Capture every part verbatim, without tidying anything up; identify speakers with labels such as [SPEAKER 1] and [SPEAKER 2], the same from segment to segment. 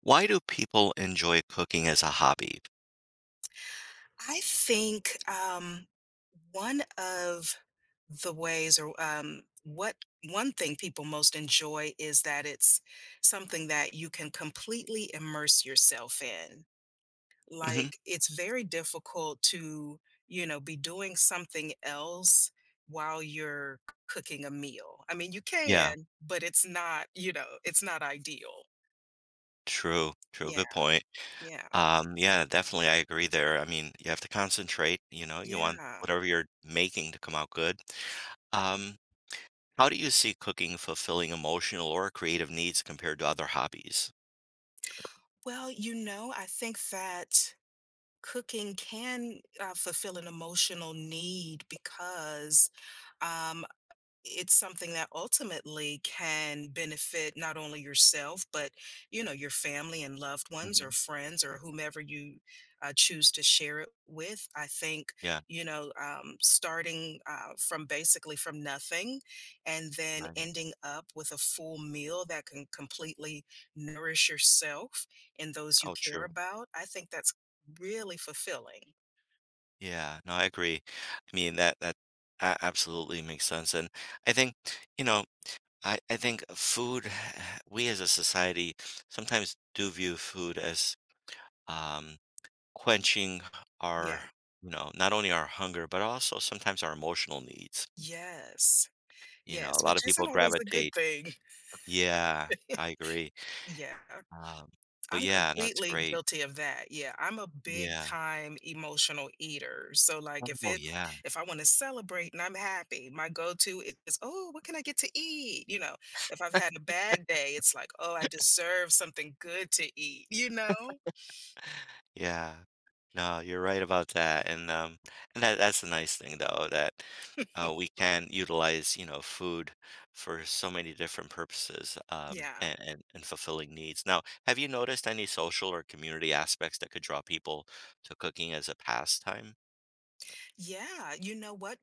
[SPEAKER 1] Why do people enjoy cooking as a hobby?
[SPEAKER 2] I think, um, one of the ways or, um, what one thing people most enjoy is that it's something that you can completely immerse yourself in.
[SPEAKER 1] Mhm.
[SPEAKER 2] Like, it's very difficult to, you know, be doing something else while you're cooking a meal. I mean, you can,
[SPEAKER 1] Yeah,
[SPEAKER 2] but it's not, you know, it's not ideal.
[SPEAKER 1] true, true,
[SPEAKER 2] Yeah,
[SPEAKER 1] good point.
[SPEAKER 2] yeah,
[SPEAKER 1] Um, yeah, definitely, I agree there. I mean, you have to concentrate, you know, you want
[SPEAKER 2] yeah.
[SPEAKER 1] whatever you're making to come out good. Um, how do you see cooking fulfilling emotional or creative needs compared to other hobbies?
[SPEAKER 2] Well, you know, I think that cooking can, uh, fulfill an emotional need because, um, it's something that ultimately can benefit not only yourself but, you know, your family and loved ones or
[SPEAKER 1] Hmm.
[SPEAKER 2] friends or whomever you uh, choose to share it with. I think,
[SPEAKER 1] Yeah,
[SPEAKER 2] you know um, starting uh, from basically from nothing and then
[SPEAKER 1] right.
[SPEAKER 2] ending up with a full meal that can completely nourish yourself and those you
[SPEAKER 1] Oh,
[SPEAKER 2] care
[SPEAKER 1] true.
[SPEAKER 2] about, I think that's really fulfilling.
[SPEAKER 1] Yeah, no, I agree. I mean, that that a- absolutely makes sense. And I think, you know, I, I think food, we as a society sometimes do view food as um, quenching our,
[SPEAKER 2] Yeah.
[SPEAKER 1] you know, not only our hunger, but also sometimes our emotional needs.
[SPEAKER 2] Yes.
[SPEAKER 1] You know,
[SPEAKER 2] Yes,
[SPEAKER 1] a lot of
[SPEAKER 2] which
[SPEAKER 1] people
[SPEAKER 2] isn't always a good
[SPEAKER 1] gravitate.
[SPEAKER 2] thing.
[SPEAKER 1] Yeah, I agree.
[SPEAKER 2] Yeah,
[SPEAKER 1] Um, but
[SPEAKER 2] I'm
[SPEAKER 1] yeah, no, it's
[SPEAKER 2] completely
[SPEAKER 1] great.
[SPEAKER 2] guilty of that. Yeah, I'm a big
[SPEAKER 1] Yeah.
[SPEAKER 2] time emotional eater. So like if
[SPEAKER 1] Oh,
[SPEAKER 2] it's
[SPEAKER 1] yeah.
[SPEAKER 2] if I want to celebrate and I'm happy, my go-to is, is, "Oh, what can I get to eat?" You know, if I've had a bad day, it's like, "Oh, I deserve something good to eat," you know?
[SPEAKER 1] Yeah. No, you're right about that, and, um, and that that's a nice thing, though, that, uh, we can utilize, you know, food for so many different purposes, um,
[SPEAKER 2] Yeah.
[SPEAKER 1] and and and fulfilling needs. Now, have you noticed any social or community aspects that could draw people to cooking as a pastime?
[SPEAKER 2] Yeah, you know what?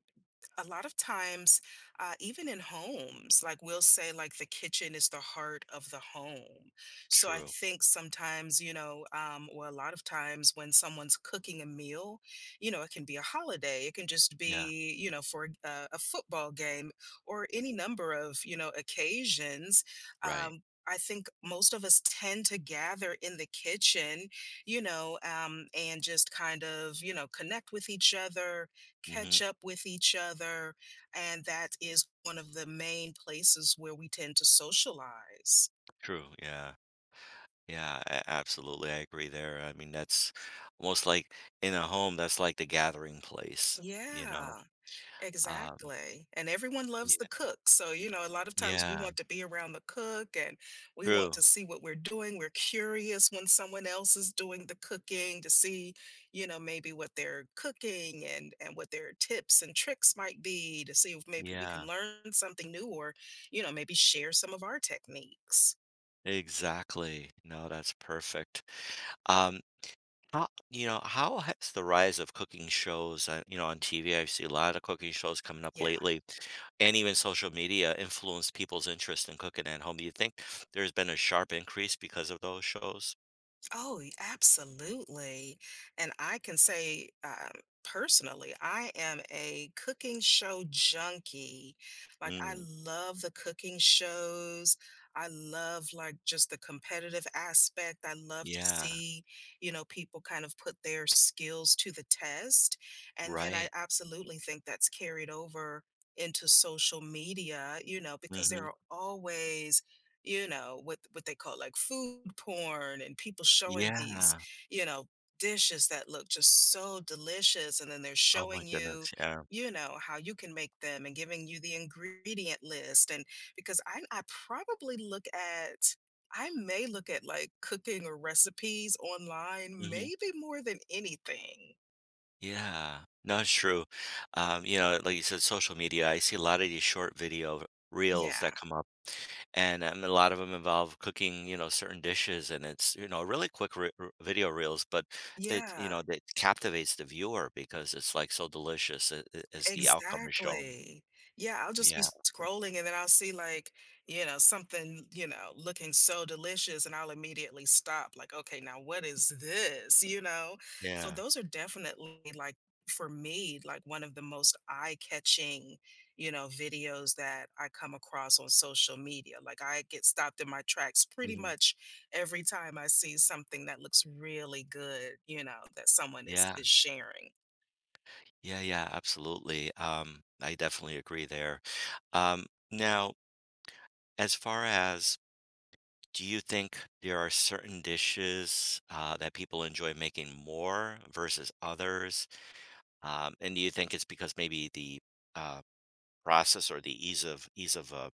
[SPEAKER 2] A lot of times, uh, even in homes, like we'll say, like the kitchen is the heart of the home. So I
[SPEAKER 1] True.
[SPEAKER 2] think sometimes, you know, um, or a lot of times when someone's cooking a meal, you know, it can be a holiday, it can just
[SPEAKER 1] Yeah,
[SPEAKER 2] be, you know, for a, a football game or any number of, you know, occasions.
[SPEAKER 1] right.
[SPEAKER 2] Um, I think most of us tend to gather in the kitchen, you know, um, and just kind of, you know, connect with each other,
[SPEAKER 1] Mhm.
[SPEAKER 2] catch up with each other. And that is one of the main places where we tend to socialize.
[SPEAKER 1] True, yeah. Yeah, a absolutely, I agree there. I mean, that's almost like in a home, that's like the gathering place, you know?
[SPEAKER 2] Yeah.
[SPEAKER 1] Um,
[SPEAKER 2] Exactly, and everyone loves the
[SPEAKER 1] yeah.
[SPEAKER 2] cook, so, you know, a lot of times we
[SPEAKER 1] Yeah.
[SPEAKER 2] want to be around the cook, and we want
[SPEAKER 1] True.
[SPEAKER 2] to see what we're doing. We're curious when someone else is doing the cooking to see, you know, maybe what they're cooking and and what their tips and tricks might be, to see if maybe we
[SPEAKER 1] Yeah,
[SPEAKER 2] can learn something new or, you know, maybe share some of our techniques.
[SPEAKER 1] exactly. No, that's perfect. Um, how, you know, how has the rise of cooking shows, uh, you know, on T V? I see a lot of cooking shows coming up
[SPEAKER 2] Yeah.
[SPEAKER 1] lately, and even social media influenced people's interest in cooking at home. Do you think there's been a sharp increase because of those shows?
[SPEAKER 2] Oh, y- absolutely. And I can say um, personally, I am a cooking show junkie. Like, I
[SPEAKER 1] Mm,
[SPEAKER 2] love the cooking shows. I love, like, just the competitive aspect. I love to
[SPEAKER 1] yeah,
[SPEAKER 2] see, you know, people kind of put their skills to the test. And then I
[SPEAKER 1] right.
[SPEAKER 2] absolutely think that's carried over into social media, you know, because there
[SPEAKER 1] Hmm.
[SPEAKER 2] are always, you know, with what they call like food porn and people showing these,
[SPEAKER 1] Yeah.
[SPEAKER 2] you know, dishes that look just so delicious. And then they're
[SPEAKER 1] Oh my
[SPEAKER 2] showing you,
[SPEAKER 1] goodness. Yeah.
[SPEAKER 2] you know, how you can make them and giving you the ingredient list. And because I, I probably look at, I may look at like cooking or recipes online,
[SPEAKER 1] Hmm.
[SPEAKER 2] maybe more than anything.
[SPEAKER 1] Yeah, no, it's true. Um, you know, like you said, social media, I see a lot of these short video reels that
[SPEAKER 2] Yeah.
[SPEAKER 1] come up, and um, a lot of them involve cooking, you know, certain dishes, and it's, you know, really quick re r- video reels, but it, you
[SPEAKER 2] Yeah.
[SPEAKER 1] know, that captivates the viewer because it's like so delicious a- a- as the outcome is shown.
[SPEAKER 2] Exactly. Yeah, I'll just be
[SPEAKER 1] Yeah,
[SPEAKER 2] scrolling and then I'll see like, you know, something, you know, looking so delicious and I'll immediately stop like, okay, now what is this, you know? So
[SPEAKER 1] yeah.
[SPEAKER 2] those are definitely like for me like one of the most eye-catching, you know, videos that I come across on social media. Like I get stopped in my tracks pretty
[SPEAKER 1] Hmm.
[SPEAKER 2] much every time I see something that looks really good, you know, that someone is
[SPEAKER 1] Yeah,
[SPEAKER 2] is sharing.
[SPEAKER 1] yeah, yeah, absolutely. Um, I definitely agree there. Um, now, as far as, do you think there are certain dishes uh, that people enjoy making more versus others? Um, and do you think it's because maybe the uh, process or the ease of ease of uh,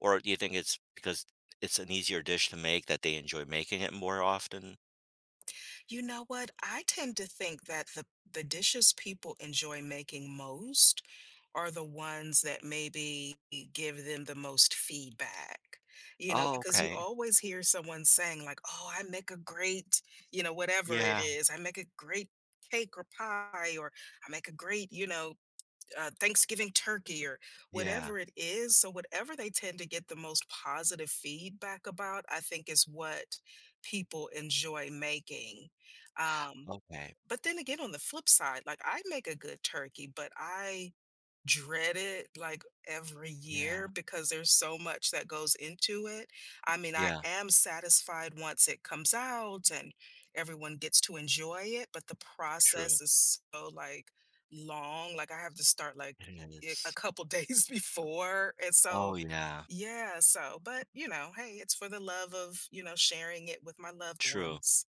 [SPEAKER 1] or do you think it's because it's an easier dish to make that they enjoy making it more often?
[SPEAKER 2] You know what? I tend to think that the the dishes people enjoy making most are the ones that maybe give them the most feedback. You know,
[SPEAKER 1] Oh,
[SPEAKER 2] because you
[SPEAKER 1] okay.
[SPEAKER 2] always hear someone saying like, "Oh, I make a great, you know, whatever it
[SPEAKER 1] Yeah.
[SPEAKER 2] is. I make a great cake or pie or I make a great, you know, uh, Thanksgiving turkey or
[SPEAKER 1] Yeah.
[SPEAKER 2] whatever it is." So, whatever they tend to get the most positive feedback about, I think is what people enjoy making. Um,
[SPEAKER 1] Okay.
[SPEAKER 2] but then again, on the flip side, like I make a good turkey, but I dread it like every
[SPEAKER 1] Yeah.
[SPEAKER 2] year because there's so much that goes into it. I mean, I
[SPEAKER 1] Yeah.
[SPEAKER 2] am satisfied once it comes out and everyone gets to enjoy it, but the
[SPEAKER 1] True.
[SPEAKER 2] process is so like long. Like I have to start like
[SPEAKER 1] It
[SPEAKER 2] i- a
[SPEAKER 1] is.
[SPEAKER 2] couple days before. And
[SPEAKER 1] Oh,
[SPEAKER 2] so,
[SPEAKER 1] yeah.
[SPEAKER 2] yeah, so, but you know, hey, it's for the love of, you know, sharing it with my loved
[SPEAKER 1] True.
[SPEAKER 2] ones.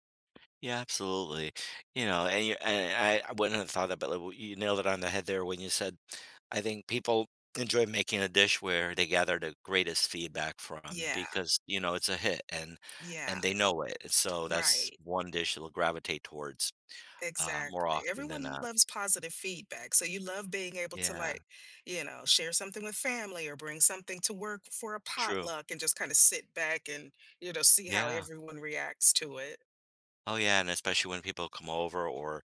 [SPEAKER 1] Yeah, absolutely. You know, and you and I I wouldn't have thought that, but like, you nailed it on the head there when you said, I think people enjoy making a dish where they gather the greatest feedback from
[SPEAKER 2] Yeah,
[SPEAKER 1] because, you know, it's a hit and
[SPEAKER 2] yeah,
[SPEAKER 1] and they know it. And so that's
[SPEAKER 2] right.
[SPEAKER 1] one dish they'll gravitate towards uh more
[SPEAKER 2] Exactly.
[SPEAKER 1] often than
[SPEAKER 2] Everyone
[SPEAKER 1] not.
[SPEAKER 2] loves positive feedback. So you love being able to
[SPEAKER 1] Yeah,
[SPEAKER 2] like, you know, share something with family or bring something to work for a
[SPEAKER 1] true.
[SPEAKER 2] potluck and just kind of sit back and, you know, see how
[SPEAKER 1] Yeah.
[SPEAKER 2] everyone reacts to it.
[SPEAKER 1] Oh yeah, and especially when people come over or,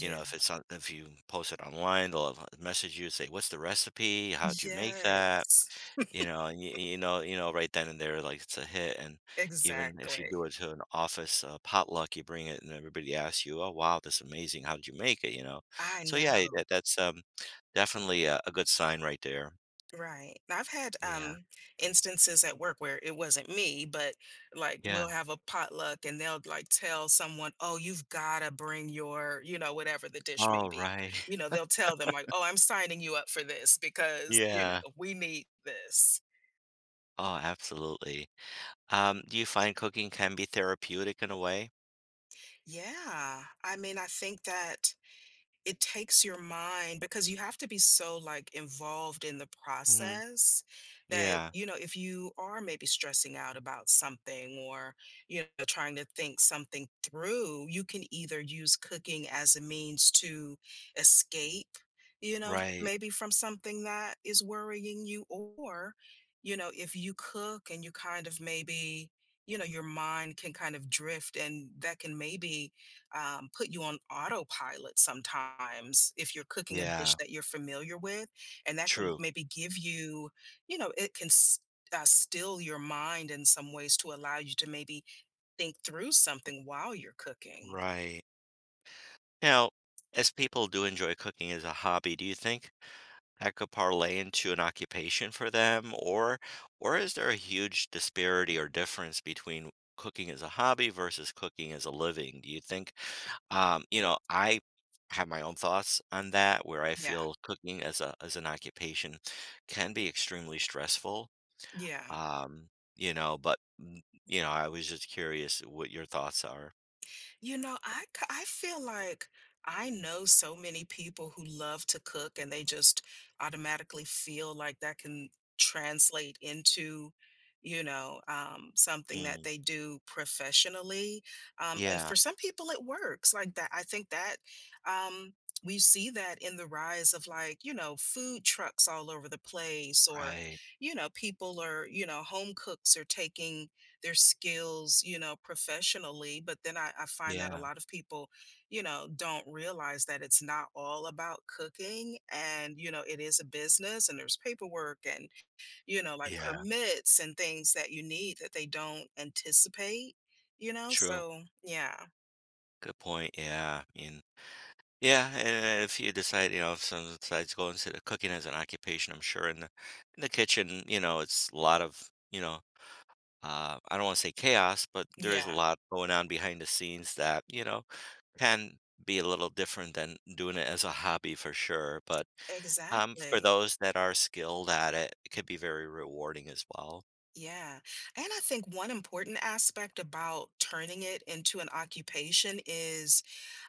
[SPEAKER 1] you know, if it's on if you post it online, they'll message you, say, "What's the recipe? How'd you make that?"
[SPEAKER 2] Yes.
[SPEAKER 1] You know, and you you know you know right then and there, like, it's a hit, and even if you
[SPEAKER 2] Exactly.
[SPEAKER 1] do it to an office, uh, potluck, you bring it and everybody asks you, "Oh, wow, that's amazing. How did you make it?" You know?
[SPEAKER 2] I
[SPEAKER 1] So, yeah,
[SPEAKER 2] know.
[SPEAKER 1] that that's, um, definitely a a good sign right there.
[SPEAKER 2] Right. Now, I've had
[SPEAKER 1] Yeah.
[SPEAKER 2] um instances at work where it wasn't me, but like
[SPEAKER 1] Yeah.
[SPEAKER 2] we'll have a potluck and they'll like tell someone, "Oh, you've got to bring your, you know, whatever the dish may
[SPEAKER 1] Oh,
[SPEAKER 2] be."
[SPEAKER 1] right.
[SPEAKER 2] You know, they'll tell them like, "Oh, I'm signing you up for this because, you know,
[SPEAKER 1] Yeah.
[SPEAKER 2] we need this."
[SPEAKER 1] Oh, absolutely. Um, do you find cooking can be therapeutic in a way?
[SPEAKER 2] Yeah. I mean, I think that it takes your mind because you have to be so, like, involved in the
[SPEAKER 1] Mhm.
[SPEAKER 2] process that,
[SPEAKER 1] Yeah.
[SPEAKER 2] you know, if you are maybe stressing out about something or, you know, trying to think something through, you can either use cooking as a means to escape, you know,
[SPEAKER 1] Right.
[SPEAKER 2] maybe from something that is worrying you, or, you know, if you cook and you kind of maybe, you know, your mind can kind of drift and that can maybe, um, put you on autopilot sometimes if you're cooking a dish
[SPEAKER 1] Yeah.
[SPEAKER 2] that you're familiar with, and that can
[SPEAKER 1] True.
[SPEAKER 2] maybe give you, you know, it can s- uh, still your mind in some ways to allow you to maybe think through something while you're cooking.
[SPEAKER 1] Right. Now, as people do enjoy cooking as a hobby, do you think that could parlay into an occupation for them, or or is there a huge disparity or difference between cooking as a hobby versus cooking as a living, do you think? um you know, I have my own thoughts on that, where I
[SPEAKER 2] Yeah,
[SPEAKER 1] feel cooking as a as an occupation can be extremely stressful.
[SPEAKER 2] yeah.
[SPEAKER 1] um you know, but mm, you know, I was just curious what your thoughts are.
[SPEAKER 2] You know, I k I feel like I know so many people who love to cook and they just automatically feel like that can translate into, you know, um, something that
[SPEAKER 1] Mm,
[SPEAKER 2] they do professionally. Um, and
[SPEAKER 1] yeah,
[SPEAKER 2] for some people, it works like that. I think that um, we see that in the rise of like, you know, food trucks all over the place, or,
[SPEAKER 1] right,
[SPEAKER 2] you know, people are, you know, home cooks are taking their skills, you know, professionally. But then I, I find that a
[SPEAKER 1] yeah,
[SPEAKER 2] lot of people, you know, don't realize that it's not all about cooking and, you know, it is a business and there's paperwork and, you know, like
[SPEAKER 1] yeah,
[SPEAKER 2] permits and things that you need that they don't anticipate, you know?
[SPEAKER 1] true,
[SPEAKER 2] So, yeah,
[SPEAKER 1] good point, yeah, you, yeah, and if you decide, you know, if someone decides to go into the cooking as an occupation, I'm sure in the in the kitchen, you know, it's a lot of, you know, uh, I don't want to say chaos, but there is a
[SPEAKER 2] yeah,
[SPEAKER 1] lot going on behind the scenes that, you know, can be a little different than doing it as a hobby for sure. But um, for
[SPEAKER 2] exactly.
[SPEAKER 1] those that are skilled at it, it could be very rewarding as well.
[SPEAKER 2] Yeah. And I think one important aspect about turning it into an occupation is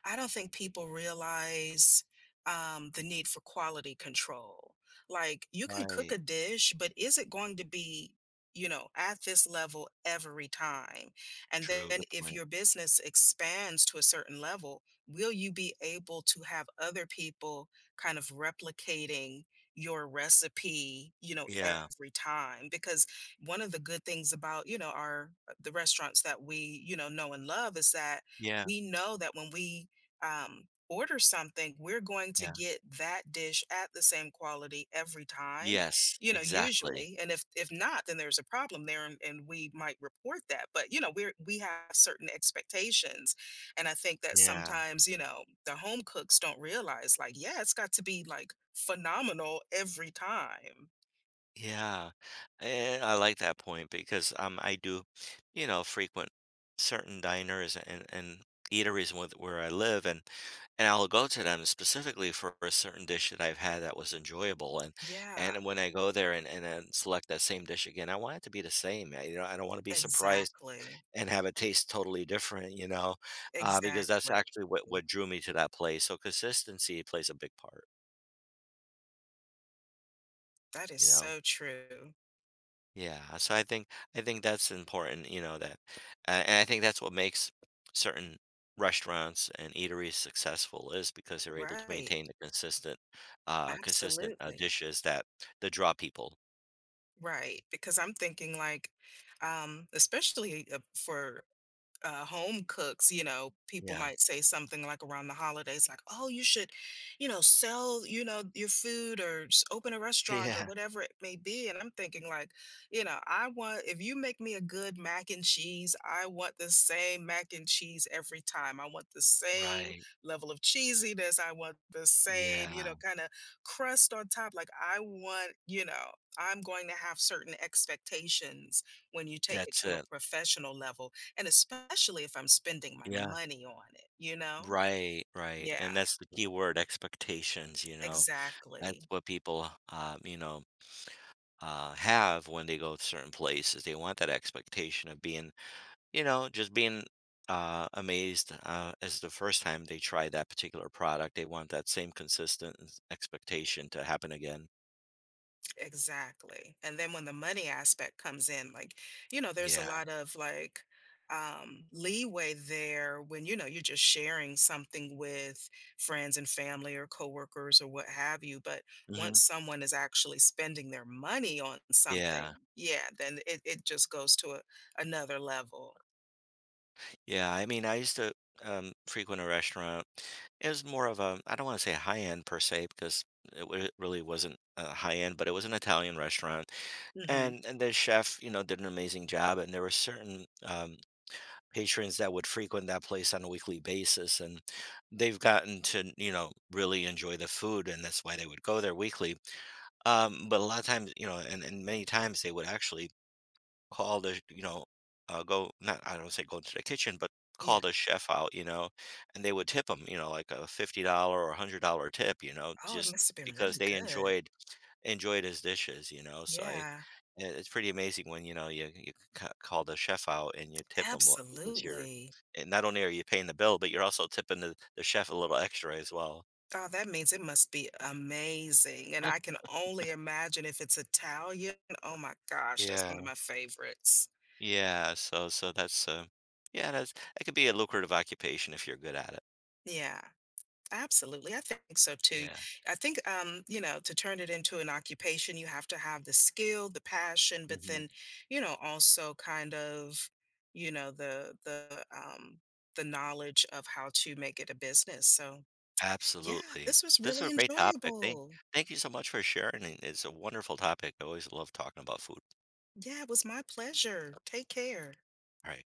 [SPEAKER 2] I don't think people realize um, the need for quality control. Like you can cook
[SPEAKER 1] Right.
[SPEAKER 2] a dish, but is it going to be, you know, at this level every time? And
[SPEAKER 1] True.
[SPEAKER 2] then
[SPEAKER 1] Good
[SPEAKER 2] if
[SPEAKER 1] point.
[SPEAKER 2] your business expands to a certain level, will you be able to have other people kind of replicating your recipe, you know,
[SPEAKER 1] Yeah.
[SPEAKER 2] every time? Because one of the good things about, you know, our uh, the restaurants that we, you know know and love, is that
[SPEAKER 1] Yeah.
[SPEAKER 2] we know that when we, um, order something, we're going to
[SPEAKER 1] Yeah.
[SPEAKER 2] get that dish at the same quality every time,
[SPEAKER 1] Yes.
[SPEAKER 2] you know,
[SPEAKER 1] Exactly.
[SPEAKER 2] usually. And if if not then there's a problem there, and, and we might report that. But you know, we're we have certain expectations, and I think that
[SPEAKER 1] Yeah.
[SPEAKER 2] sometimes, you know, the home cooks don't realize, like, yeah, it's got to be like phenomenal every time.
[SPEAKER 1] Yeah, and I like that point because um, I do, you know, frequent certain diners and and eateries with where I live, and and I'll go to them specifically for a certain dish that I've had that was enjoyable, and
[SPEAKER 2] Yeah,
[SPEAKER 1] and when I go there and and then select that same dish again, I want it to be the same. I, you know, I don't want to be surprised
[SPEAKER 2] exactly.
[SPEAKER 1] and have it taste totally different, you know, uh, because that's
[SPEAKER 2] Exactly.
[SPEAKER 1] actually what what drew me to that place. So consistency plays a big part,
[SPEAKER 2] That is
[SPEAKER 1] you know.
[SPEAKER 2] so true.
[SPEAKER 1] Yeah, so I think I think that's important, you know, that uh, and I think that's what makes certain restaurants and eateries successful is because they're able to
[SPEAKER 2] Right.
[SPEAKER 1] maintain the consistent uh consistent uh,
[SPEAKER 2] Absolutely.
[SPEAKER 1] dishes that that draw people.
[SPEAKER 2] Right. Because I'm thinking like, um, especially uh, for uh, home cooks, you know, people
[SPEAKER 1] Yeah.
[SPEAKER 2] might say something like around the holidays, like, oh, you should, you know, sell, you know, your food or s- open a restaurant or
[SPEAKER 1] Yeah.
[SPEAKER 2] whatever it may be. And I'm thinking, like, you know, I want, if you make me a good mac and cheese, I want the same mac and cheese every time. I want the same
[SPEAKER 1] Right.
[SPEAKER 2] level of cheesiness. I want the same, you
[SPEAKER 1] Yeah.
[SPEAKER 2] know, kind of crust on top. Like, I want, you know, I'm going to have certain expectations when you take it
[SPEAKER 1] That's
[SPEAKER 2] to a
[SPEAKER 1] it.
[SPEAKER 2] professional level, and especially if I'm spending my
[SPEAKER 1] Yeah.
[SPEAKER 2] money on it, you know?
[SPEAKER 1] Right, right.
[SPEAKER 2] Yeah,
[SPEAKER 1] And that's the key word, expectations, you know. That's
[SPEAKER 2] exactly.
[SPEAKER 1] what people um, you know, uh have when they go to certain places. They want that expectation of being you know, just being uh, amazed uh, as the first time they try that particular product. They want that same consistent s- expectation to happen again.
[SPEAKER 2] Exactly. And then when the money aspect comes in, like, you know, there's a
[SPEAKER 1] Yeah.
[SPEAKER 2] lot of like um leeway there when you know you're just sharing something with friends and family or coworkers or what have you. But
[SPEAKER 1] Hmm.
[SPEAKER 2] once someone is actually spending their money on something,
[SPEAKER 1] Yeah.
[SPEAKER 2] yeah, then it, it just goes to a, another level.
[SPEAKER 1] Yeah. I mean, I used to um, frequent a restaurant. It was more of a, I don't want to say high end per se, because it wa- really wasn't uh, high end, but it was an Italian restaurant.
[SPEAKER 2] Hmm.
[SPEAKER 1] And, and the chef, you know, did an amazing job. And there were certain um, patrons that would frequent that place on a weekly basis, and they've gotten to, you know, really enjoy the food, and that's why they would go there weekly. um but a lot of times, you know, and, and many times they would actually call the, you know, uh, go, not, I don't say go into the kitchen, but
[SPEAKER 2] Yeah.
[SPEAKER 1] call the chef out, you know, and they would tip them, you know, like a fifty dollars or one hundred dollars tip, you know,
[SPEAKER 2] Oh, it
[SPEAKER 1] just
[SPEAKER 2] must have been
[SPEAKER 1] because
[SPEAKER 2] really
[SPEAKER 1] they
[SPEAKER 2] good.
[SPEAKER 1] enjoyed enjoyed his dishes, you know, so I I
[SPEAKER 2] Yeah.
[SPEAKER 1] it's pretty amazing when, you know, you you ca call the chef out and you tip him, because you're,
[SPEAKER 2] Absolutely.
[SPEAKER 1] and not only are you paying the bill, but you're also tipping the the chef a little extra as well.
[SPEAKER 2] Oh, that means it must be amazing, and I can only imagine if it's Italian. Oh my gosh, that's one of
[SPEAKER 1] Yeah,
[SPEAKER 2] my favorites.
[SPEAKER 1] yeah, so so that's, uh yeah, that's, that could be a lucrative occupation if you're good at it.
[SPEAKER 2] Yeah, absolutely. I think so too.
[SPEAKER 1] Yeah,
[SPEAKER 2] I think, um, you know, to turn it into an occupation, you have to have the skill, the passion, but
[SPEAKER 1] mhm,
[SPEAKER 2] then, you know, also kind of, you know, the the um the knowledge of how to make it a business. So, yeah,
[SPEAKER 1] absolutely.
[SPEAKER 2] this was
[SPEAKER 1] This is
[SPEAKER 2] really
[SPEAKER 1] a great topic. Thank
[SPEAKER 2] enjoyable.
[SPEAKER 1] thank you so much for sharing, it's a wonderful topic. I always love talking about food.
[SPEAKER 2] Yeah, it was my pleasure. Take care.
[SPEAKER 1] Alright.